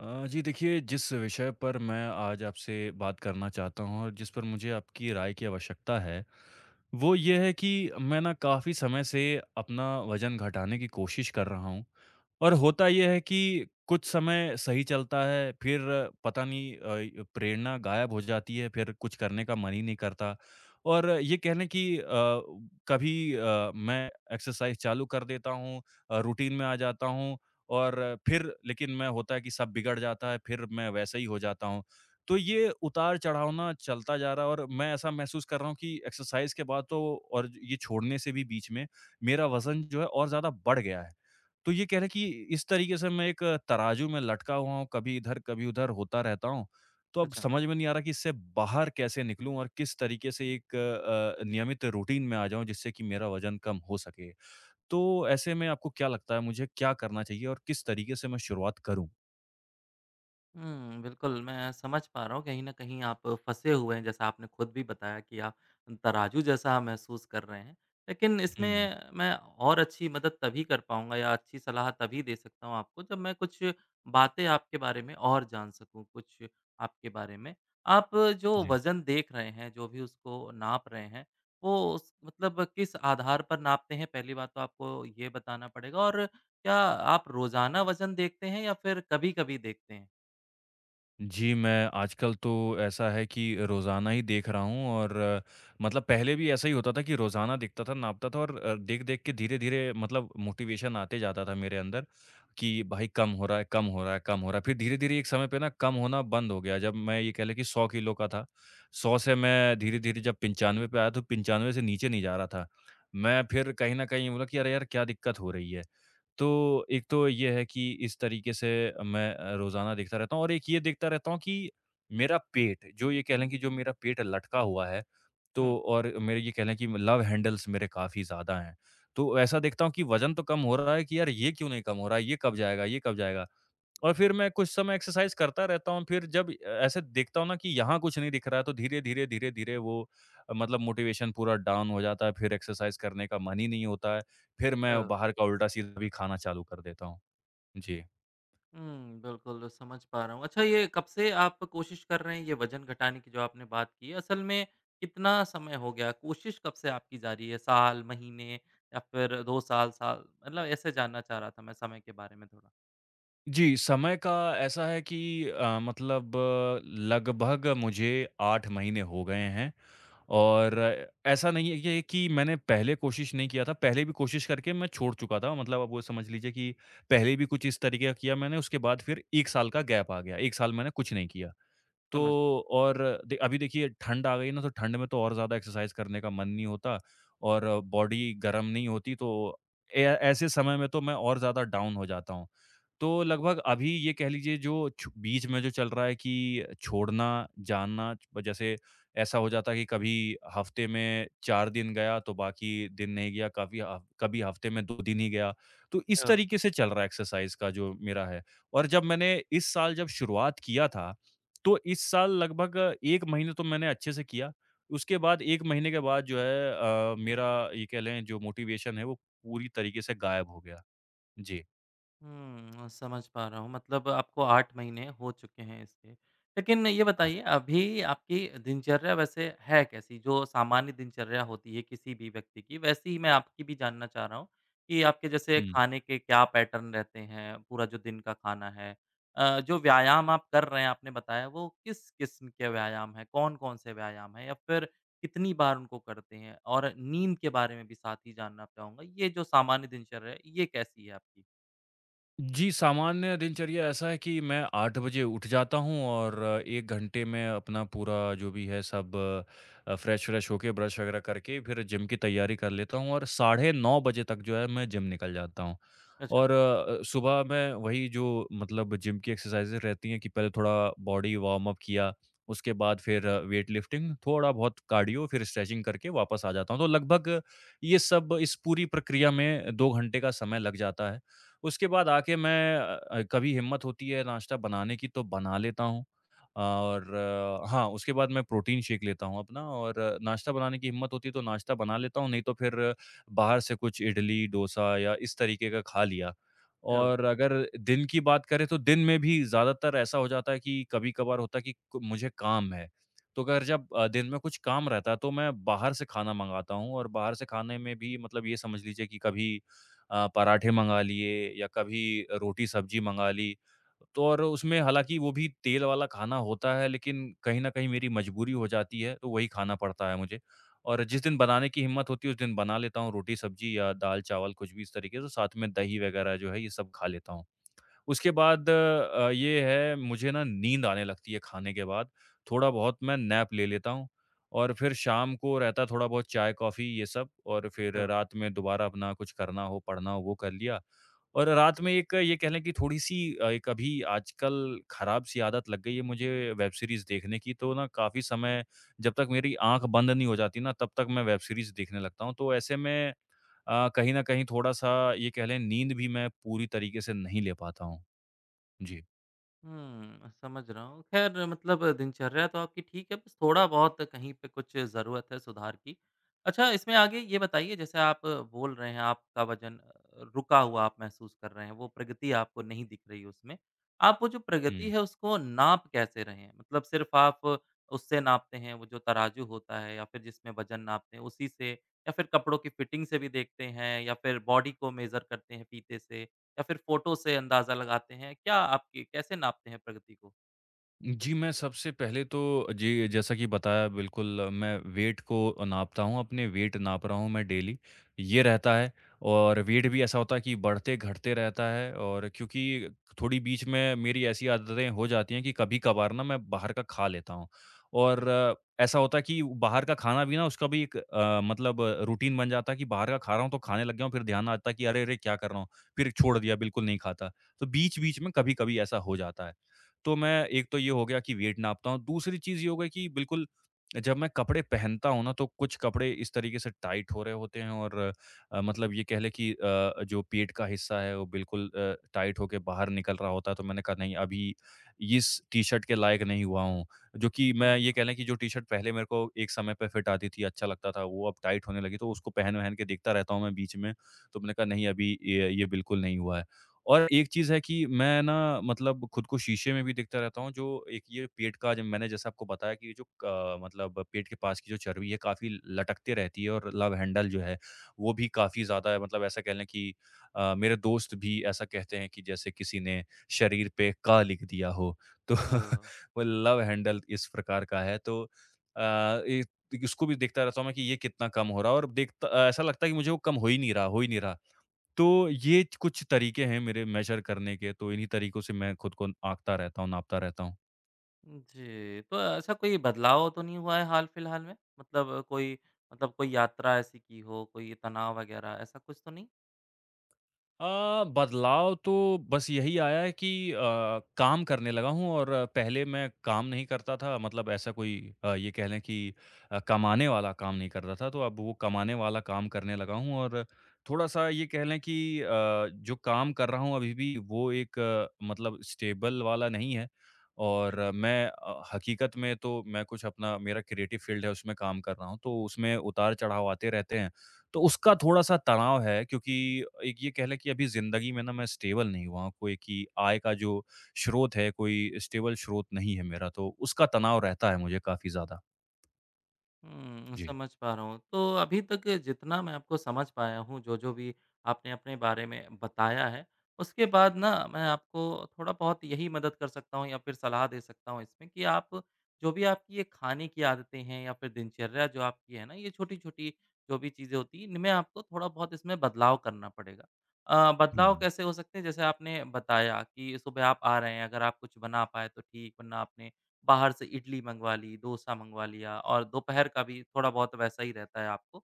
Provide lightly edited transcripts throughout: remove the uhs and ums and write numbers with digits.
जी देखिए, जिस विषय पर मैं आज आपसे बात करना चाहता हूँ और जिस पर मुझे आपकी राय की आवश्यकता है, वो ये है कि मैं ना काफ़ी समय से अपना वज़न घटाने की कोशिश कर रहा हूँ। और होता ये है कि कुछ समय सही चलता है, फिर पता नहीं अ, य प्रेरणा गायब हो जाती है, फिर कुछ करने का मन ही नहीं करता। और ये कह लें कि कभी मैं एक्सरसाइज़ चालू कर देता हूँ, रूटीन में आ जाता हूँ और फिर लेकिन मैं होता है कि सब बिगड़ जाता है, फिर मैं वैसा ही हो जाता हूँ। तो ये उतार-चढ़ाव ना चलता जा रहा है और मैं ऐसा महसूस कर रहा हूँ कि एक्सरसाइज़ के बाद तो और ये छोड़ने से भी बीच में मेरा वज़न जो है और ज़्यादा बढ़ गया है। तो ये कह लें कि इस तरीके से मैं एक तराजू में लटका हुआ हूँ, कभी इधर, कभी उधर होता रहता हूँ। तो अब अच्छा। समझ में नहीं आ रहा कि इससे बाहर कैसे निकलूँ और किस तरीके से एक नियमित रूटीन में आ जाऊँ जिससे कि मेरा वज़न कम हो सके। तो ऐसे में आपको क्या लगता है मुझे क्या करना चाहिए और किस तरीके से मैं शुरुआत करूँ? बिल्कुल, मैं समझ पा रहा हूँ कहीं न कहीं आप फँसे हुए हैं, जैसा आपने खुद भी बताया कि आप तराजू जैसा महसूस कर रहे हैं। लेकिन हुँ, इसमें मैं और अच्छी मदद तभी कर पाऊँगा या अच्छी सलाह तभी दे सकता हूँ आपको, जब मैं कुछ बातें आपके बारे में और जान सकूँ, कुछ आपके बारे में। आप जो जी। वज़न देख रहे हैं, जो भी उसको नाप रहे हैं, वो उस मतलब किस आधार पर नापते हैं? पहली बात तो आपको ये बताना पड़ेगा और क्या आप रोज़ाना वज़न देखते हैं या फिर कभी-कभी देखते हैं? जी, मैं आजकल तो ऐसा है कि रोज़ाना ही देख रहा हूँ और मतलब पहले भी ऐसा ही होता था कि रोज़ाना दिखता था, नापता था और देख-देख के धीरे-धीरे मतलब मोटिवेशन आते जाता था मेरे अंदर कि भाई कम हो रहा है, कम हो रहा है, कम हो रहा है। फिर धीरे-धीरे एक समय पे ना कम होना बंद हो गया। जब मैं ये कह लें कि 100 किलो का था, 100 से मैं धीरे-धीरे जब 95 पे आया तो 95 से नीचे नहीं जा रहा था। मैं फिर कहीं न कहीं बोला कि अरे यार! क्या दिक्कत हो रही है? तो एक तो ये है कि इस तरीके से मैं रोज़ाना देखता रहता हूँ और एक ये देखता रहता हूँ कि मेरा पेट, जो ये कह लें कि जो मेरा पेट लटका हुआ है, तो हुँ। और मेरे ये कह लें कि लव हैंडल्स मेरे काफ़ी ज़्यादा हैं। तो ऐसा देखता हूँ कि वज़न तो कम हो रहा है कि यार ये क्यों नहीं कम हो रहा है, ये कब जाएगा, ये कब जाएगा? और फिर मैं कुछ समय एक्सरसाइज़ करता रहता हूँ, फिर जब ऐसे देखता हूँ ना कि यहाँ कुछ नहीं दिख रहा है, तो धीरे-धीरे, धीरे-धीरे वो मतलब मोटिवेशन पूरा डाउन हो जाता है, फिर एक्सरसाइज़ करने का मन ही नहीं होता है, फिर मैं अ, बाहर का उल्टा-सीधा भी खाना चालू कर देता हूँ। जी। हुँ, बिल्कुल समझ पा रहा हूँ। अच्छा ये कब से आप कोशिश कर रहे हैं ये वज़न घटाने की जो आपने बात की है, असल में कितना समय हो गया? कोशिश कब से आपकी जारी है? साल, महीने या फिर 2 साल, साल? मतलब ऐसे जानना चाह रहा था मैं समय के बारे में थोड़ा। जी, समय का ऐसा है कि मतलब लगभग मुझे 8 महीने हो गए हैं। और ऐसा नहीं है कि मैंने पहले कोशिश नहीं किया था, पहले भी कोशिश करके मैं छोड़ चुका था। मतलब आप वो समझ लीजिए कि पहले भी कुछ इस तरीके का किया मैंने, उसके बाद फिर 1 साल का गैप आ गया। 1 साल मैंने कुछ नहीं किया। तो समझ और दे अभी देखिए ठंड आ गई ना, तो ठंड में तो और ज़्यादा एक्सरसाइज़ करने का मन नहीं होता और बॉडी गर्म नहीं होती, तो ए ऐसे समय में तो मैं और ज़्यादा डाउन हो जाता हूँ। तो लगभग अभी ये कह लीजिए जो छ बीच में जो चल रहा है कि छोड़ना, जाना जैसे, ऐसा हो जाता है कि कभी हफ़्ते में 4 दिन गया तो बाकी दिन नहीं गया, काफ़ी ह कभी हफ़्ते में 2 दिन ही गया। तो इस अ तरीके से चल रहा है एक्सरसाइज़ का जो मेरा है। और जब मैंने इस साल जब शुरुआत किया था तो इस साल लगभग 1 महीने तो मैंने अच्छे से किया। उसके बाद 1 महीने के बाद जो है मेरा ये कह लें जो मोटिवेशन है वो पूरी तरीके से गायब हो गया। जी, हुँ, अ, समझ पा रहा हूँ मतलब आपको 8 महीने हो चुके हैं इसके। लेकिन ये हाँ। बताइए अभी आपकी दिनचर्या वैसे है कैसी? जो सामान्य दिनचर्या होती है किसी भी व्यक्ति की, वैसी ही मैं आपकी भी जानना चाह रहा हूँ कि आपके जैसे हुँ। खाने के क्या पैटर्न रहते हैं? पूरा जो दिन का खाना है जो व्यायाम आप कर रहे हैं आपने बताया वो किस किस्म के व्यायाम हैं? कौन-कौन से व्यायाम हैं? या फिर कितनी बार उनको करते हैं? और नींद के बारे में भी साथ ही जानना चाहूँगा। ये जो सामान्य दिनचर्या है, ये कैसी है आपकी? जी, सामान्य दिनचर्या ऐसा है कि मैं 8 बजे उठ जाता हूँ और 1 घंटे में अपना पूरा जो भी है सब फ्रेश-व्रेश होके ब्रश वगैरह करके फिर जिम की तैयारी कर लेता हूँ और साढ़े 9 बजे तक जो है मैं जिम निकल जाता हूँ। और सुबह में वही जो मतलब जिम की एक्सरसाइजेज़ रहती हैं कि पहले थोड़ा बॉडी वार्म अप किया, उसके बाद फिर वेट लिफ्टिंग, थोड़ा बहुत कार्डियो, फिर स्ट्रेचिंग करके वापस आ जाता हूँ। तो लगभग ये सब इस पूरी प्रक्रिया में 2 घंटे का समय लग जाता है। उसके बाद आके मैं कभी हिम्मत होती है नाश्ता बनाने की तो बना लेता हूँ और हाँ, उसके बाद मैं प्रोटीन शेक लेता हूँ अपना और नाश्ता बनाने की हिम्मत होती है तो नाश्ता बना लेता हूँ, नहीं तो फिर बाहर से कुछ इडली, डोसा या इस तरीके का खा लिया। ओह! और अगर दिन की बात करें तो दिन में भी ज़्यादातर ऐसा हो जाता है कि कभी-कभार होता है कि क मुझे काम है। तो अगर जब दिन में कुछ काम रहता है तो मैं बाहर से खाना मँगाता हूँ और बाहर से खाने में भी मतलब ये समझ लीजिए कि कभी पराठे मँगा लिए या कभी रोटी-सब्जी मँगा ली। तो और उसमें हालाँकि वो भी तेल वाला खाना होता है लेकिन कहीं न कहीं मेरी मजबूरी हो जाती है, तो वही खाना पड़ता है मुझे। और अच्छा, जिस दिन बनाने की हिम्मत होती है उस दिन बना लेता हूँ रोटी सब्जी या दाल-चावल कुछ भी इस तरीके से, साथ में दही वगैरह जो है ये सब खा लेता हूँ। उसके बाद ये है मुझे ना नींद आने लगती है खाने के बाद, थोड़ा बहुत मैं नैप ले लेता हूँ और फिर शाम को रहता है थोड़ा बहुत चाय-कॉफ़ी ये सब और फिर ओह! रात में दोबारा अपना कुछ करना हो, पढ़ना हो वो कर लिया। और रात में एक ये कह लें कि थोड़ी-सी एक अभी आजकल खराब सी आदत लग गई है मुझे वेब सीरीज़ देखने की, तो ना काफ़ी समय जब तक मेरी आँख बंद नहीं हो जाती ना, तब तक मैं वेब सीरीज़ देखने लगता हूँ। तो ऐसे में कहीं न कहीं थोड़ा-सा ये कह लें नींद भी मैं पूरी तरीके से नहीं ले पाता हूँ। जी। समझ रहा हूँ। ख़ैर मतलब दिनचर्या तो आपकी ठीक है, बस थोड़ा-बहुत कहीं पे कुछ ज़रूरत है सुधार की। अच्छा, इसमें आगे ये बताइए जैसे आप बोल रहे हैं आपका वज़न रुका हुआ आप महसूस कर रहे हैं, वो प्रगति आपको नहीं दिख रही उसमें। आप वो जो प्रगति हुँ। है उसको नाप कैसे रहे हैं? मतलब सिर्फ़ आप उससे नापते हैं, वो जो तराजू होता है या फिर जिसमें वज़न नापते हैं उसी से या फिर कपड़ों की फ़िटिंग से भी देखते हैं या फिर बॉडी को मेज़र करते हैं फीते से? या फिर फ़ोटो से अंदाज़ा लगाते हैं? क्या आपकी कैसे नापते हैं प्रगति को? जी, मैं सबसे पहले तो जी, जैसा कि बताया बिल्कुल मैं वेट को नापता हूँ, अपने वेट नाप रहा हूँ मैं डेली, ये रहता है और वेट भी ऐसा होता है कि बढ़ते-घटते रहता है और क्योंकि थोड़ी बीच में मेरी ऐसी आदतें हो जाती हैं कि कभी-कभार ना मैं बाहर का खा लेता हूँ अच्छा, और ऐसा होता है कि बाहर का खाना भी ना उसका भी एक मतलब रूटीन बन जाता है कि बाहर का खा रहा हूँ तो खाने लग गया हूँ, फिर ध्यान आता है कि अरे! अरे! क्या कर रहा हूँ? फिर छोड़ दिया, बिल्कुल नहीं खाता। तो बीच-बीच में कभी-कभी ऐसा हो जाता है। तो मैं एक तो ये हो गया कि वेट नापता हूँ, दूसरी चीज़ ये हो गई कि बिल्कुल जब मैं कपड़े पहनता हूँ ना, तो कुछ कपड़े इस तरीके से टाइट हो रहे होते हैं और मतलब ये कह लें कि जो पेट का हिस्सा है वो बिल्कुल टाइट होके बाहर निकल रहा होता है, तो मैंने कहा नहीं अभी इस टी-शर्ट के लायक नहीं हुआ हूँ। जो कि मैं समझ ये रहा कह हूँ। लें कि जो टी-शर्ट पहले मेरे को एक समय पे फिट आती थी, अच्छा लगता था, वो अब टाइट होने लगी, तो उसको पहन-वहन के देखता रहता हूँ मैं बीच में, तो मैंने कहा नहीं अभी ये बिल्कुल नहीं हुआ है। और एक चीज़ है कि मैं ना मतलब खुद को शीशे में भी देखता रहता हूँ, जो एक ये पेट का जो मैंने जैसा आपको बताया कि जो क मतलब पेट के पास की जो चर्बी है, काफ़ी लटकते रहती है और लव हैंडल जो है, वो भी काफ़ी ज़्यादा मतलब ऐसा कह लें कि मेरे दोस्त भी ऐसा कहते हैं कि जैसे किसी ने शरीर पे "क" लिख दिया हो, तो अ, वो लव हैंडल इस प्रकार का है। तो अ, ए उसको भी देखता रहता हूँ मैं कि ये कितना कम हो रहा है और देखता ऐसा लगता है कि मुझे वो कम हो ही नहीं रहा, हो ही नहीं रहा। तो ये कुछ तरीके हैं मेरे मेज़र करने के, तो इन्हीं तरीकों से मैं खुद को आँकता रहता हूँ, नापता रहता हूँ। जी, तो ऐसा कोई बदलाव तो नहीं हुआ है हाल-फिलहाल में? मतलब कोई यात्रा ऐसी की हो, कोई तनाव वगैरह ऐसा कुछ तो नहीं? बदलाव तो बस यही आया है कि काम करने लगा हूँ और पहले मैं काम नहीं करता था मतलब ऐसा कोई ये कह लें कि कमाने वाला काम नहीं करता था तो अब वो कमाने वाला काम करने लगा हूँ और थोड़ा-सा ये कह लें कि अ, जो काम कर रहा हूँ अभी भी वो एक मतलब स्टेबल वाला नहीं है और मैं हकीकत में तो मैं कुछ अपना मेरा क्रिएटिव फील्ड है उसमें काम कर रहा हूँ तो उसमें उतार-चढ़ाव आते रहते हैं। तो उसका थोड़ा-सा तनाव है क्योंकि एक ये कह लें कि अभी ज़िंदगी में ना मैं स्टेबल नहीं हुआ हूँ, कोई कि आय का जो स्रोत है, कोई स्टेबल स्रोत नहीं है मेरा, तो उसका तनाव रहता है मुझे काफ़ी ज़्यादा। जी। समझ पा रहा हूँ। तो अभी तक जितना मैं आपको समझ पाया हूँ, जो-जो भी आपने अपने बारे में बताया है, उसके बाद ना मैं आपको थोड़ा-बहुत यही मदद कर सकता हूँ या फिर सलाह दे सकता हूँ इसमें कि आप जो भी आपकी ये खाने की आदतें हैं या फिर दिनचर्या जो आपकी है ना, ये छोटी-छोटी जो भी चीज़ें होती हैं, इनमें आपको थोड़ा-बहुत इसमें बदलाव करना पड़ेगा। बदलाव हुँ। कैसे हो सकते हैं? जैसे आपने बताया कि सुबह आप आ रहे हैं, अगर आप कुछ बना पाएँ तो ठीक, वरना आपने बाहर से इडली मँगवा ली, डोसा मँगवा लिया और दोपहर का भी थोड़ा बहुत वैसा ही रहता है आपको।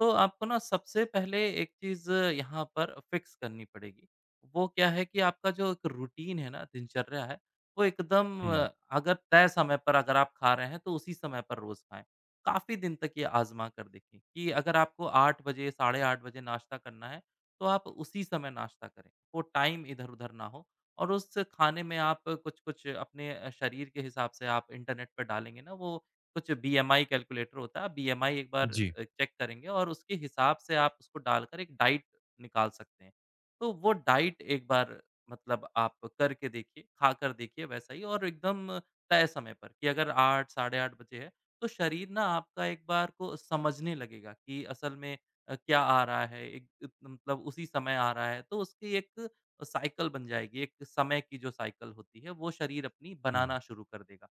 तो आपको ना सबसे पहले एक चीज़ यहाँ पर फिक्स करनी पड़ेगी। वो क्या है कि आपका जो एक रूटीन है ना, दिनचर्या है, वो एकदम हुँ। अगर तय समय पर अगर आप खा रहे हैं, तो उसी समय पर रोज़ खाएँ। काफ़ी दिन तक ये आज़मा कर देखें कि अगर आपको 8 बजे, साढ़े 8 बजे नाश्ता करना है, तो आप उसी समय नाश्ता करें। वो टाइम इधर-उधर ना हो और उस खाने में आप कुछ-कुछ अपने शरीर के हिसाब से आप इंटरनेट पे डालेंगे ना, वो कुछ बीएमआई कैलकुलेटर होता है, आप बीएमआई एक बार जी। चेक करेंगे और उसके हिसाब से आप उसको डालकर एक डाइट निकाल सकते हैं। तो वो डाइट एक बार मतलब आप करके देखिए, खाकर देखिए वैसा ही और एकदम तय समय पर कि अगर 8 साढ़े 8 बजे है, तो शरीर ना आपका एक बार को समझने लगेगा कि असल में क्या आ रहा है, एक इत मतलब उसी समय आ रहा है, तो उसकी एक साइकिल बन जाएगी, एक समय की जो साइकिल होती है, वो शरीर अपनी हुँ, बनाना शुरू कर देगा।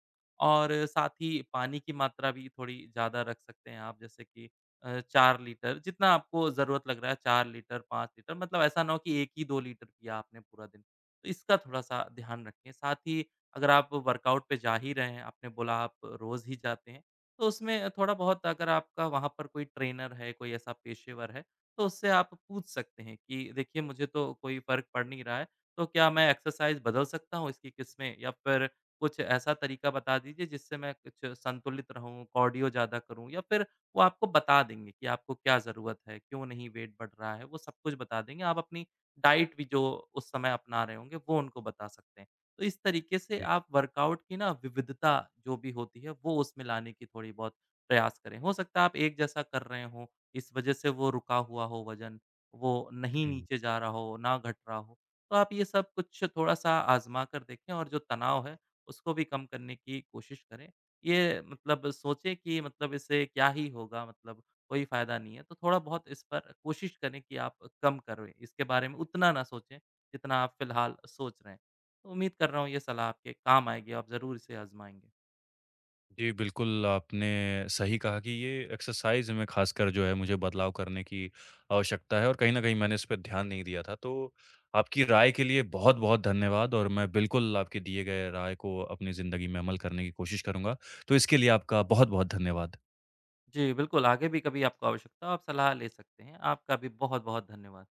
और साथ ही पानी की मात्रा भी थोड़ी ज़्यादा रख सकते हैं आप जैसे कि 4 लीटर जितना आपको ज़रूरत लग रहा है 4 लीटर, 5 लीटर मतलब ऐसा ना हो कि 1 ही 2 लीटर पिया आपने पूरा दिन। तो इसका थोड़ा-सा ध्यान रखें। साथ ही अगर आप वर्कआउट पे जा ही रहे हैं, आपने बोला आप रोज़ ही जाते हैं, तो उसमें थोड़ा-बहुत अगर आपका वहाँ पर कोई ट्रेनर है, कोई ऐसा पेशेवर है, तो उससे आप पूछ सकते हैं कि देखिए मुझे तो कोई फ़र्क पड़ नहीं रहा है, तो क्या मैं एक्सरसाइज़ बदल सकता हूँ इसकी किस्में या फिर कुछ ऐसा तरीका बता दीजिए जिससे मैं कुछ संतुलित रहूँ, कार्डियो ज़्यादा करूँ या फिर वो आपको बता देंगे कि आपको क्या ज़रूरत है, क्यों नहीं वेट बढ़ रहा है, वो सब कुछ बता देंगे। आप अपनी डाइट भी जो उस समय अपना रहे होंगे, वो उनको बता सकते हैं। तो इस तरीके से जी। आप वर्कआउट की ना विविधता जो भी होती है, वो उसमें लाने की थोड़ी बहुत प्रयास करें। हो सकता है आप एक जैसा कर रहे हों, इस वजह से वो रुका हुआ हो वज़न, वो नहीं हुँ। नीचे जा रहा हो, ना घट रहा हो। तो आप ये सब कुछ थोड़ा-सा आज़मा कर देखें और जो तनाव है, उसको भी कम करने की कोशिश करें। ये मतलब सोचें कि मतलब इससे क्या ही होगा मतलब कोई फ़ायदा नहीं है, तो थोड़ा-बहुत इस पर कोशिश करें कि आप कम करें, इसके बारे में उतना ना सोचें, जितना आप फ़िलहाल सोच रहे हैं। तो उम्मीद कर रहा हूँ ये सलाह आपके काम आएगी, आप ज़रूर इसे आज़माएँगे। जी, बिल्कुल आपने सही कहा कि ये एक्सरसाइज़ में ख़ासकर जो है मुझे बदलाव करने की आवश्यकता है और कहीं न कहीं मैंने इस पे ध्यान नहीं दिया था। तो आपकी राय के लिए बहुत-बहुत धन्यवाद और मैं बिल्कुल आपके दिए गए राय को अपनी ज़िंदगी में अमल करने की कोशिश करूँगा। तो इसके लिए आपका बहुत-बहुत धन्यवाद। जी, बिल्कुल आगे भी कभी आपको आवश्यकता हो आप सलाह ले सकते हैं। आपका भी बहुत-बहुत धन्यवाद।